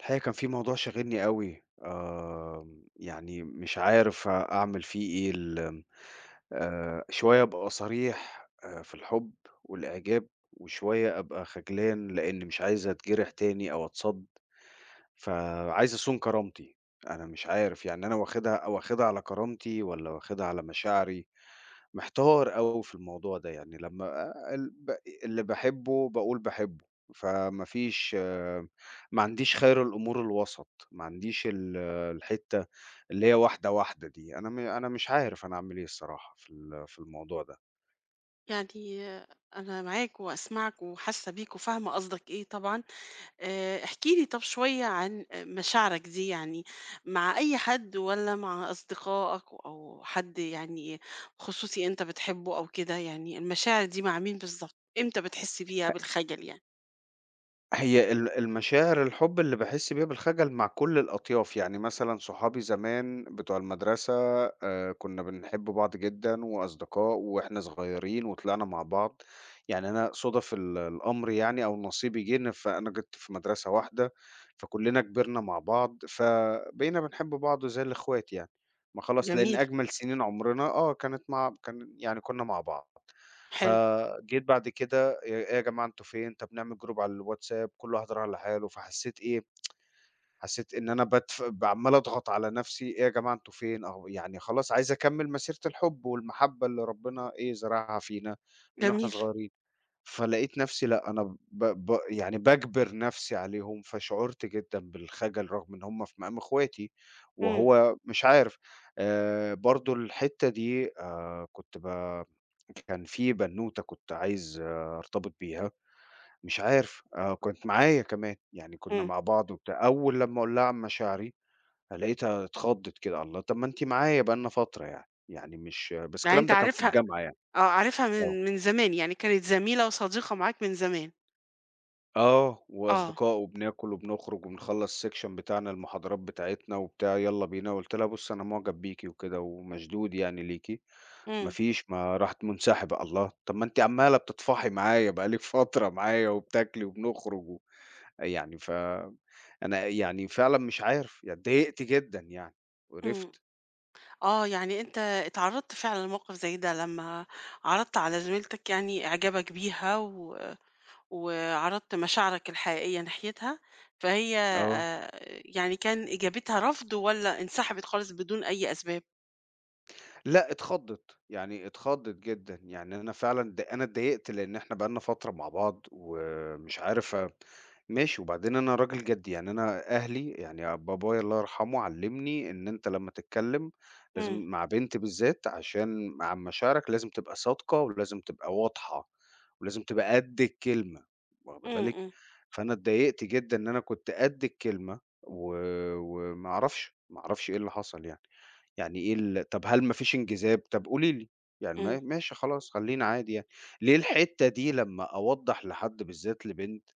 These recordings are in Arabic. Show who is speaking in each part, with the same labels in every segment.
Speaker 1: الحقيقة كان في موضوع شاغلني أوي، يعني مش عارف أعمل فيه إيه، ال شوية أبقى صريح في الحُب والإعجاب، وشوية أبقى خجلان لإن مش عايز أتجرح تاني أو أتصد، فعايز أصون كرامتي، أنا مش عارف يعني أنا واخدها على كرامتي والّا واخدها على مشاعري؟ محتار أوي في الموضوع ده، يعني لمّا ال ب اللي باحبه باقول باحبه، فما فيش ما عنديش خير الأمور الوسط، ما عنديش الحتّة اللي هي واحدة، واحدة دي، أنا مش عارف أنا أعمل إيه الصراحة في الموضوع ده.
Speaker 2: يعني أنا معاك وأسمعك وحاسة بيك وفاهمة قصدك إيه طبعًا، احكِ لي طب شوية عن مشاعرك دي يعني مع أي حد والّا مع أصدقائك أو حد يعني خصوصي أنت بتحبه أو كده، يعني المشاعر دي مع مين بالضبط؟ إمتى بتحس بيها بالخجل يعني؟
Speaker 1: هي المشاعر الحُب اللي باحس بيها بالخجل مع كل الأطياف، يعني مثلًا صحابي زمان بتوع المدرسة كنا بنحب بعض جدًا وأصدقاء وإحنا صغيرين وطلعنا مع بعض، يعني أنا صُدف الأمر يعني أو نصيبي جِه إن فأنا كنت في مدرسة واحدة، فكلّنا كبرنا مع بعض، فبقينا بنحب بعض زي الإخوات يعني، ما خلاص لإن
Speaker 2: جميل،
Speaker 1: أجمل سنين عمرنا كانت مع كان يعني كنا مع بعض.
Speaker 2: حلو،
Speaker 1: فجيت بعد كده يا "إيه يا جماعة أنتم فين؟ طب نعمل جروب على الواتساب، كل واحد راح لحاله." فحسيت إيه، حسيت إن أنا باتف ب عمّال أضغط على نفسي، "إيه يا جماعة أنتم فين؟" أهو يعني خلاص عايز أكمّل مسيرة الحب والمحبة اللي ربنا إيه، زرعها فينا من وإحنا
Speaker 2: جميل،
Speaker 1: صغيرين. فلقيت نفسي لأ، أنا ب ب يعني باجبر نفسي عليهم، فشعُرت جدًا بالخجل رغم إن هم في مقام إخواتي،
Speaker 2: إمم،
Speaker 1: وهو مش عارف. برضه الحتّة دي كنت ب كان في بنوتة كنت عايز أرتبط بيها، مش عارف كانت معايا كمان، يعني كنا
Speaker 2: إمم،
Speaker 1: مع بعض وبتاع، أول لمّا أقول لها عن مشاعري لقيتها اتخضِّت كده، الله! طَب ما أنتِ معايا بقى لنا فترة يعني، يعني مش بس
Speaker 2: يعني
Speaker 1: الكلام
Speaker 2: أنت
Speaker 1: ده كان في
Speaker 2: عارفها
Speaker 1: الجامعة يعني،
Speaker 2: آه، عارفها
Speaker 1: آه.
Speaker 2: من زمان، يعني كانت زميلة وصديقة معاك من زمان.
Speaker 1: آه،
Speaker 2: آه،
Speaker 1: وأصدقاء وبناكل وبنخرج وبنخلّص الsection بتاعنا، المحاضرات بتاعتنا وبتاع، يالّا بينا، قُلت لها: "بُصّي أنا معجب بيكِ وكده ومشدود يعني ليكِ." ما
Speaker 2: إمم،
Speaker 1: فيش، ما راحت منسحبة، الله! طَب ما أنتِ عمّالة بتطفحي معايا، بقى لِك فترة معايا وبتاكلي وبنخرج و يعني ف أنا يعني فعلًا مش عارف، يعني اتضايقت جدًا يعني،
Speaker 2: إمم.
Speaker 1: وقرفت.
Speaker 2: آه، يعني أنت اتعرّضت فعلًا لموقف زي ده، لمّا عرضت على زميلتك يعني إعجابك بيها وعرضت مشاعرك الحقيقية ناحيتها، فهي
Speaker 1: آه.
Speaker 2: يعني كان إجابتها رفض والّا انسحبت خالص بدون أي أسباب؟
Speaker 1: لأ اتخضِّت، يعني اتخضِّت جدًا، يعني أنا فعلًا أنا اتضايقت لإن إحنا بقى لنا فترة مع بعض ومش عارف ماشي، وبعدين أنا راجل جدّي، يعني أنا أهلي يعني بابايا الله يرحمه علِّمني إن أنت لمّا تتكلّم لازم
Speaker 2: إمم،
Speaker 1: مع بنت بالذات عشان عن مشاعرك لازم تبقى صادقة ولازم تبقى واضحة ولازم تبقى قد الكلمة، واخدة
Speaker 2: إمم،
Speaker 1: بالِك؟
Speaker 2: إمم،
Speaker 1: فأنا اتضايقت جدًا إن أنا كنت قد الكلمة و وما أعرفش، ما أعرفش إيه اللي حصل يعني. يعني إيه طب هل ما فيش انجذاب؟ طب قولي لي، يعني
Speaker 2: إمم،
Speaker 1: ما ماشي خلاص خلّينا عادي يعني، ليه الحتّة دي لمّا أوضّح لحد بالذات لبنت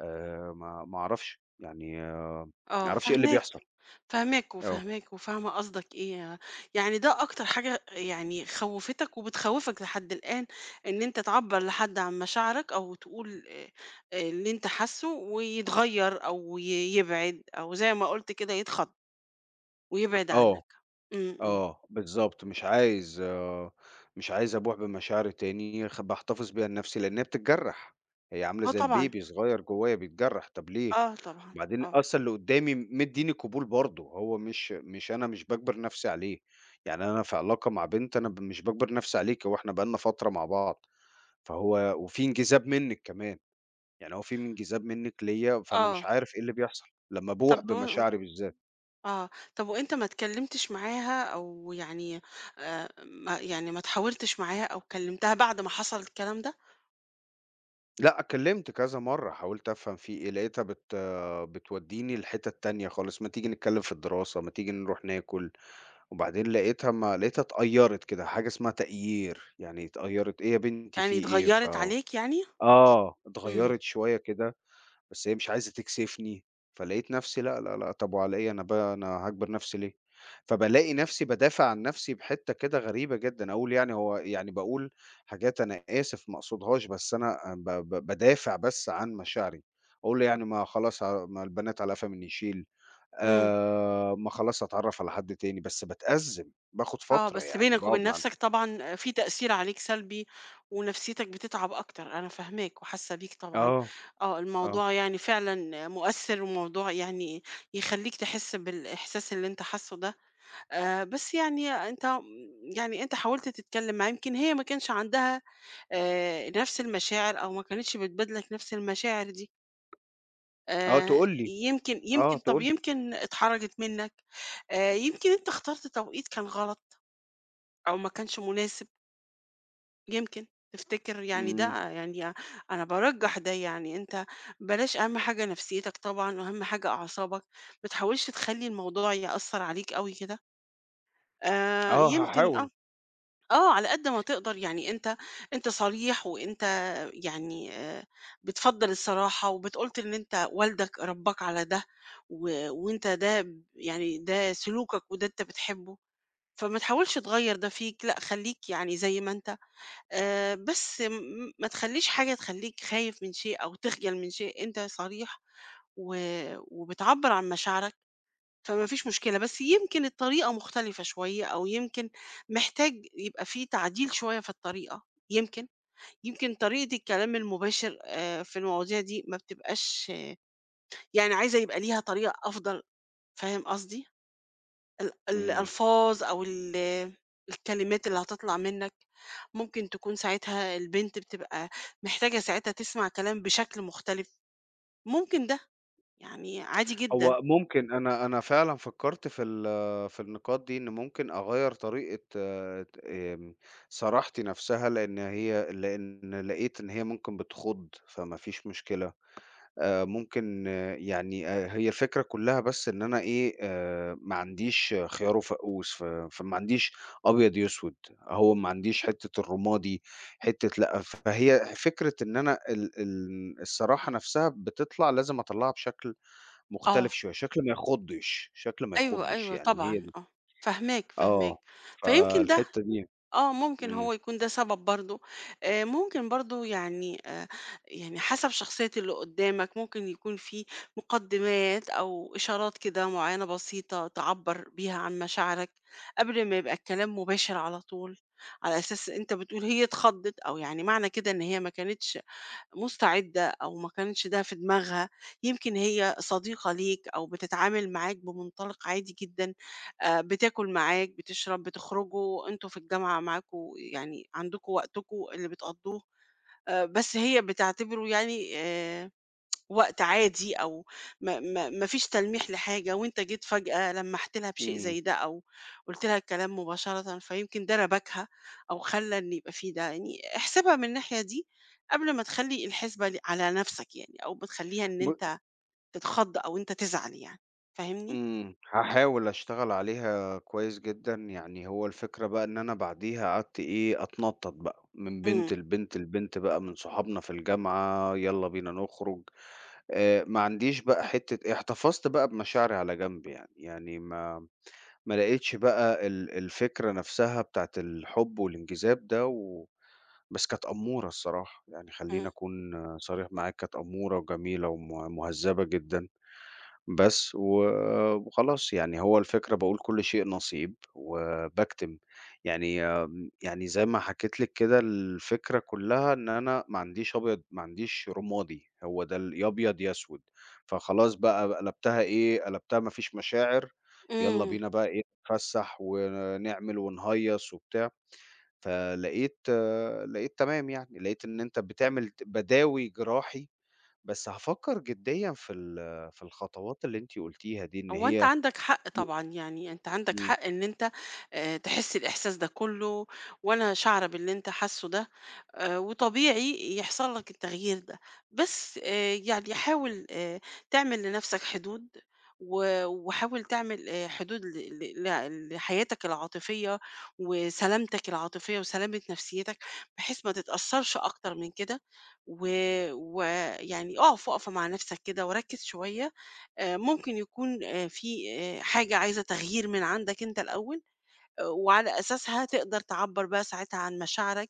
Speaker 1: ما أعرفش، يعني ما
Speaker 2: آه،
Speaker 1: أعرفش إيه اللي
Speaker 2: فاهماك.
Speaker 1: بيحصل،
Speaker 2: فاهماك،
Speaker 1: آه،
Speaker 2: وفاهماك، وفاهمة قصدك إيه، يعني ده أكتر حاجة يعني خوّفتك وبتخوّفك لحد الآن، إن أنت تعبّر لحد عن مشاعرك أو تقول اللي أنت حاسّه ويتغيّر أو يبعد أو زي ما قُلت كده يتخض ويبعد
Speaker 1: آه،
Speaker 2: عنك. إمم، إمم.
Speaker 1: آه، بالضبط، مش عايز أبوح بمشاعري تاني باحتفظ بيها لنفسي لإن هي بتتجرّح، هي عاملة
Speaker 2: آه
Speaker 1: زي
Speaker 2: طبعًا،
Speaker 1: الbaby صغير جوايا بيتجرّح، طب ليه؟
Speaker 2: آه طبعًا،
Speaker 1: وبعدين
Speaker 2: آه،
Speaker 1: أصلًا اللي قدّامي مدّيني قبول برضه، هو مش أنا مش باجبر نَفْسي عليه، يعني أنا في علاقة مع بنت أنا ب مش باجبر نَفْسي عليكِ، هو إحنا بقى لنا فترة مع بعض، فهو وفي انجذاب منِّك كمان، يعني هو في انجذاب منِّك ليّا، فأنا مش
Speaker 2: آه.
Speaker 1: عارف إيه اللي بيحصل، لمّا أبوح
Speaker 2: طَب و
Speaker 1: بمشاعري بالذات.
Speaker 2: آه، طَب وأنت ما اتكلّمتش معاها أو يعني ما يعني ما اتحاورتش معاها أو كلّمتها بعد ما حصل الكلام ده؟
Speaker 1: لأ، اتكلّمت كذا مرّة حاولت أفهم في إيه، لقيتها بتودّيني لحِتَت تانية خالص، ما تيجي نتكلّم في الدراسة، ما تيجي نروح ناكل. وبعدين ما لقيتها اتقيّرت كده، حاجة اسمها تقيير، يعني اتقيّرت، إيه يا بنتي في
Speaker 2: يعني
Speaker 1: إيه؟
Speaker 2: اتغيّرت عليك يعني؟
Speaker 1: آه،
Speaker 2: إمم،
Speaker 1: اتغيّرت شوية كده، بس هي مش عايزة تكسفني، فلقيت نفسي لأ، لأ، لأ، طب وعلى إيه أنا هاجبر نفسي ليه؟ فبالاقي نفسي بادافع عن نفسي بحتّة كده غريبة جدًا، أقول يعني هو يعني باقول حاجات أنا آسف ما اقصدهاش، بس أنا ب ب بادافع بس عن مشاعري، أقول يعني ما خلاص ما البنات على قفا من يشيل.
Speaker 2: إمم،
Speaker 1: ما خلاص هاتعرّف على حد تاني، بس باتأزّم، باخد
Speaker 2: آه،
Speaker 1: فترة
Speaker 2: بس
Speaker 1: يعني
Speaker 2: بينك وبين
Speaker 1: باقعد مع
Speaker 2: نَفْسك طبعًا في تأثير عليك سلبي ونفسيتك بتتعب أكتر، أنا فاهماك وحاسة بيك طبعًا،
Speaker 1: آه،
Speaker 2: آه،
Speaker 1: آه،
Speaker 2: الموضوع يعني فعلًا مؤثِّر وموضوع يعني يخلّيك تحس بالإحساس اللي أنت حاسّه ده، بس يعني أنت م يعني أنت حاولت تتكلّم معاه، يمكن هي ما كانش عندها نَفْس المشاعر أو ما كانتش بتبادلك نَفْس المشاعر دي.
Speaker 1: آه
Speaker 2: آآ
Speaker 1: تقول لي،
Speaker 2: يمكن
Speaker 1: آه
Speaker 2: يمكن طَب
Speaker 1: تقول
Speaker 2: يمكن اتحرجت منّك، يمكن أنت اخترت توقيت كان غلط أو ما كانش مناسب، يمكن تفتكر يعني
Speaker 1: إمم،
Speaker 2: ده يعني أنا بارجّح ده يعني أنت بلاش أهم حاجة نفسيّتك طبعًا وأهم حاجة أعصابك، ما تحاولش تخلّي الموضوع يأثّر عليك أوي كده،
Speaker 1: آه
Speaker 2: يمكن
Speaker 1: هاحاول،
Speaker 2: آه، على قد ما تقدر يعني أنت صريح وأنت يعني بتفضّل الصراحة وبتقولت إن أنت والدك ربّاك على ده وأنت ده ب يعني ده سلوكك وده أنت بتحبه، فما تحاولش تغيّر ده فيك، لأ خلّيك يعني زي ما أنت بس ما تخلّيش حاجة تخلّيك خايف من شيء أو تخجل من شيء، أنت صريح و وبتعبّر عن مشاعرك. فما فيش مشكلة، بس يمكن الطريقة مختلفة شوية أو يمكن محتاج يبقى في تعديل شوية في الطريقة، يمكن، يمكن طريقة الكلام المباشر في المواضيع دي ما بتبقاش يعني عايزة يبقى ليها طريقة أفضل، فاهم قصدي؟ ال
Speaker 1: إمم،
Speaker 2: الألفاظ أو الكلمات اللي هتطلع منّك، ممكن تكون ساعتها البنت بتبقى محتاجة ساعتها تسمع كلام بشكل مختلف، ممكن ده، يعني عادي جدًا.
Speaker 1: هو ممكن أنا فعلًا فكّرت في في النقاط دي، إن ممكن أغيّر طريقة آه، ت آمم، صراحتي نَفْسها، لإن هي لقيت إن هي ممكن بتخُض، فما فيش مشكلة. ممكن آه، يعني هي الفكرة كلّها بس إن أنا إيه، ما عنديش خيار وفقوس، فما عنديش أبيض يسود، هو ما عنديش حتّة الرمادي، حتّة لأ، فهي فكرة إن أنا ال ال الصراحة نَفْسها بتطلع لازم أطلّعها بشكل
Speaker 2: آه.
Speaker 1: مختلف شوية، شكل ما يخُضّش، شكل ما
Speaker 2: أيوه،
Speaker 1: يخُضّش،
Speaker 2: أيوه
Speaker 1: يعني هي
Speaker 2: طبعًا
Speaker 1: دي.
Speaker 2: آه، فاهماك، فاهماك.
Speaker 1: آه،
Speaker 2: فيمكن ده
Speaker 1: فالحتّة دي
Speaker 2: آه، ممكن هو
Speaker 1: إمم،
Speaker 2: يكون ده سبب برضه، ممكن برضه يعني يعني حسب شخصية اللي قدّامك ممكن يكون في مقدمات أو إشارات كده معيّنة بسيطة تعبّر بيها عن مشاعرك، قبل ما يبقى الكلام مباشر على طول، على أساس أنت بتقول هي اتخضّت أو يعني معنى كده إن هي ما كانتش مستعدة أو ما كانش ده في دماغها، يمكن هي صديقة ليك أو بتتعامل معاك بمنطلق عادي جدًا، بتاكل معاك، بتشرب، بتخرجوا، أنتم في الجامعة معاكم يعني عندكم وقتكم اللي بتقضوه، بس هي بتعتبره يعني وقت عادي أو ما فيش تلميح لحاجة وأنت جيت فجأة لمّحت لها بشيء
Speaker 1: إمم.
Speaker 2: زي ده أو قُلت لها الكلام مباشرةً، فيمكن ده رباكها أو خلّى إن يبقى في ده، يعني احسبها من الناحية دي قبل ما تخلّي الحسبة على نَفْسك يعني أو ما تخلّيها إن
Speaker 1: ب
Speaker 2: أنت تتخض أو أنت تزعل يعني، فاهمني؟
Speaker 1: إمم، هاحاول أشتغل عليها كويس جدًا، يعني هو الفكرة بقى إن أنا بعديها قعدت إيه، أتنطط بقى من بنت
Speaker 2: إمم،
Speaker 1: لبنت لبنت بقى، من صحابنا في الجامعة، يالّا بينا نخرج، ما عنديش بقى حتة احتفظت بقى بمشاعري على جنب يعني، يعني ما لقيتش بقى الفكرة نفسها بتاعة الحب والانجذاب ده بس كانت أمورة الصراحة، يعني خلّيني
Speaker 2: إمم،
Speaker 1: أكون صريح معاك، كانت أمورة وجميلة مهذبة جدًا. بس و وخلاص، يعني هو الفكرة باقول كل شيء نصيب وباكتم. يعني يعني زي ما حكيت لِك كده الفكرة كلّها إن أنا ما عنديش أبيض ما عنديش رمادي، هو ده يا أبيض يا أسود، فخلاص بقى قلبتها إيه، قلبتها ما فيش مشاعر، يالّا
Speaker 2: إمم.
Speaker 1: بينا بقى إيه نتفسّح ونعمل ونهيّص وبتاع، فلقيت آه، لقيت تمام يعني، لقيت إن أنت بتعمل باداوي جراحي بس هافكّر جديًا في في الخطوات اللي أنتِ قُلتيها دي، إن
Speaker 2: هو أنت
Speaker 1: هي
Speaker 2: عندك حق طبعًا، يعني أنت عندك
Speaker 1: إمم،
Speaker 2: حق إن أنت تحس الإحساس ده كُلّه وأنا شاعرة باللي أنت حاسُّه ده، وطبيعي يحصل لك التغيير ده، بس يعني حاول تعمل لنَفْسك حدود وحاول تعمل حدود ل ل ل لحياتك العاطفية وسلامتك العاطفية وسلامة نَفْسيّتك بحيث ما تتأثّرش أكتر من كده و ويعني أقف وقفة مع نَفْسك كده وركِّز شوية ممكن يكون في حاجة عايزة تغيير من عندك أنت الأول، آه، وعلى أساسها تقدر تعبّر بقى ساعتها عن مشاعرك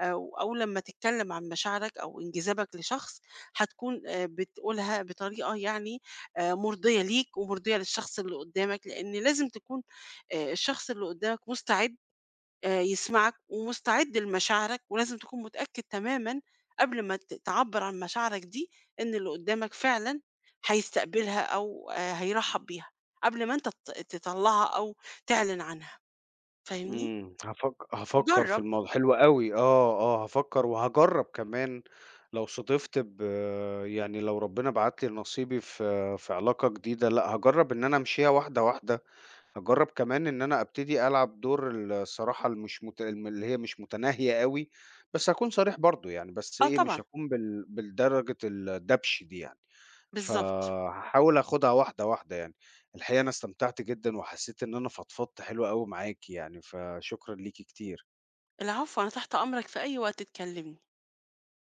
Speaker 2: أو لمّا تتكلّم عن مشاعرك أو انجذابك لشخص، هتكون بتقولها بطريقة يعني مرضية ليك ومرضية للشخص اللي قدّامك، لإن لازم تكون الشخص اللي قدّامك مستعد يسمعك ومستعد لمشاعرك، ولازم تكون متأكد تمامًا قبل ما تعبّر عن مشاعرك دي، إن اللي قدّامك فعلًا هيستقبلها أو هيرحّب بيها، قبل ما أنت تطلّعها أو تعلن عنها، فاهمني؟
Speaker 1: إمم، هافكّر في
Speaker 2: جرّب،
Speaker 1: الموضوع حلو أوي، آه، آه، هافكّر وهاجرّب كمان لو صُدفت يعني لو ربنا بعت لي نصيبي في علاقة جديدة، لأ هاجرّب إن أنا أمشيها واحدة، واحدة. هاجرّب كمان إن أنا أبتدي ألعب دور الصراحة المش مت الم اللي هي مش متناهية أوي، بس هاكون صريح برضه يعني، بس
Speaker 2: آه
Speaker 1: إيه، مش
Speaker 2: طبعًا،
Speaker 1: هاكون بالدرجة الدبش دي يعني،
Speaker 2: بالضبط.
Speaker 1: فهاحاول آخُدها واحدة، واحدة يعني. الحقيقة أنا استمتعت جدًا وحسّيت إن أنا فضفضت حلو أوي معاكِ يعني، فشكرًا ليكِ كتير.
Speaker 2: العفو، أنا تحت أمرك في أي وقت تكلمني.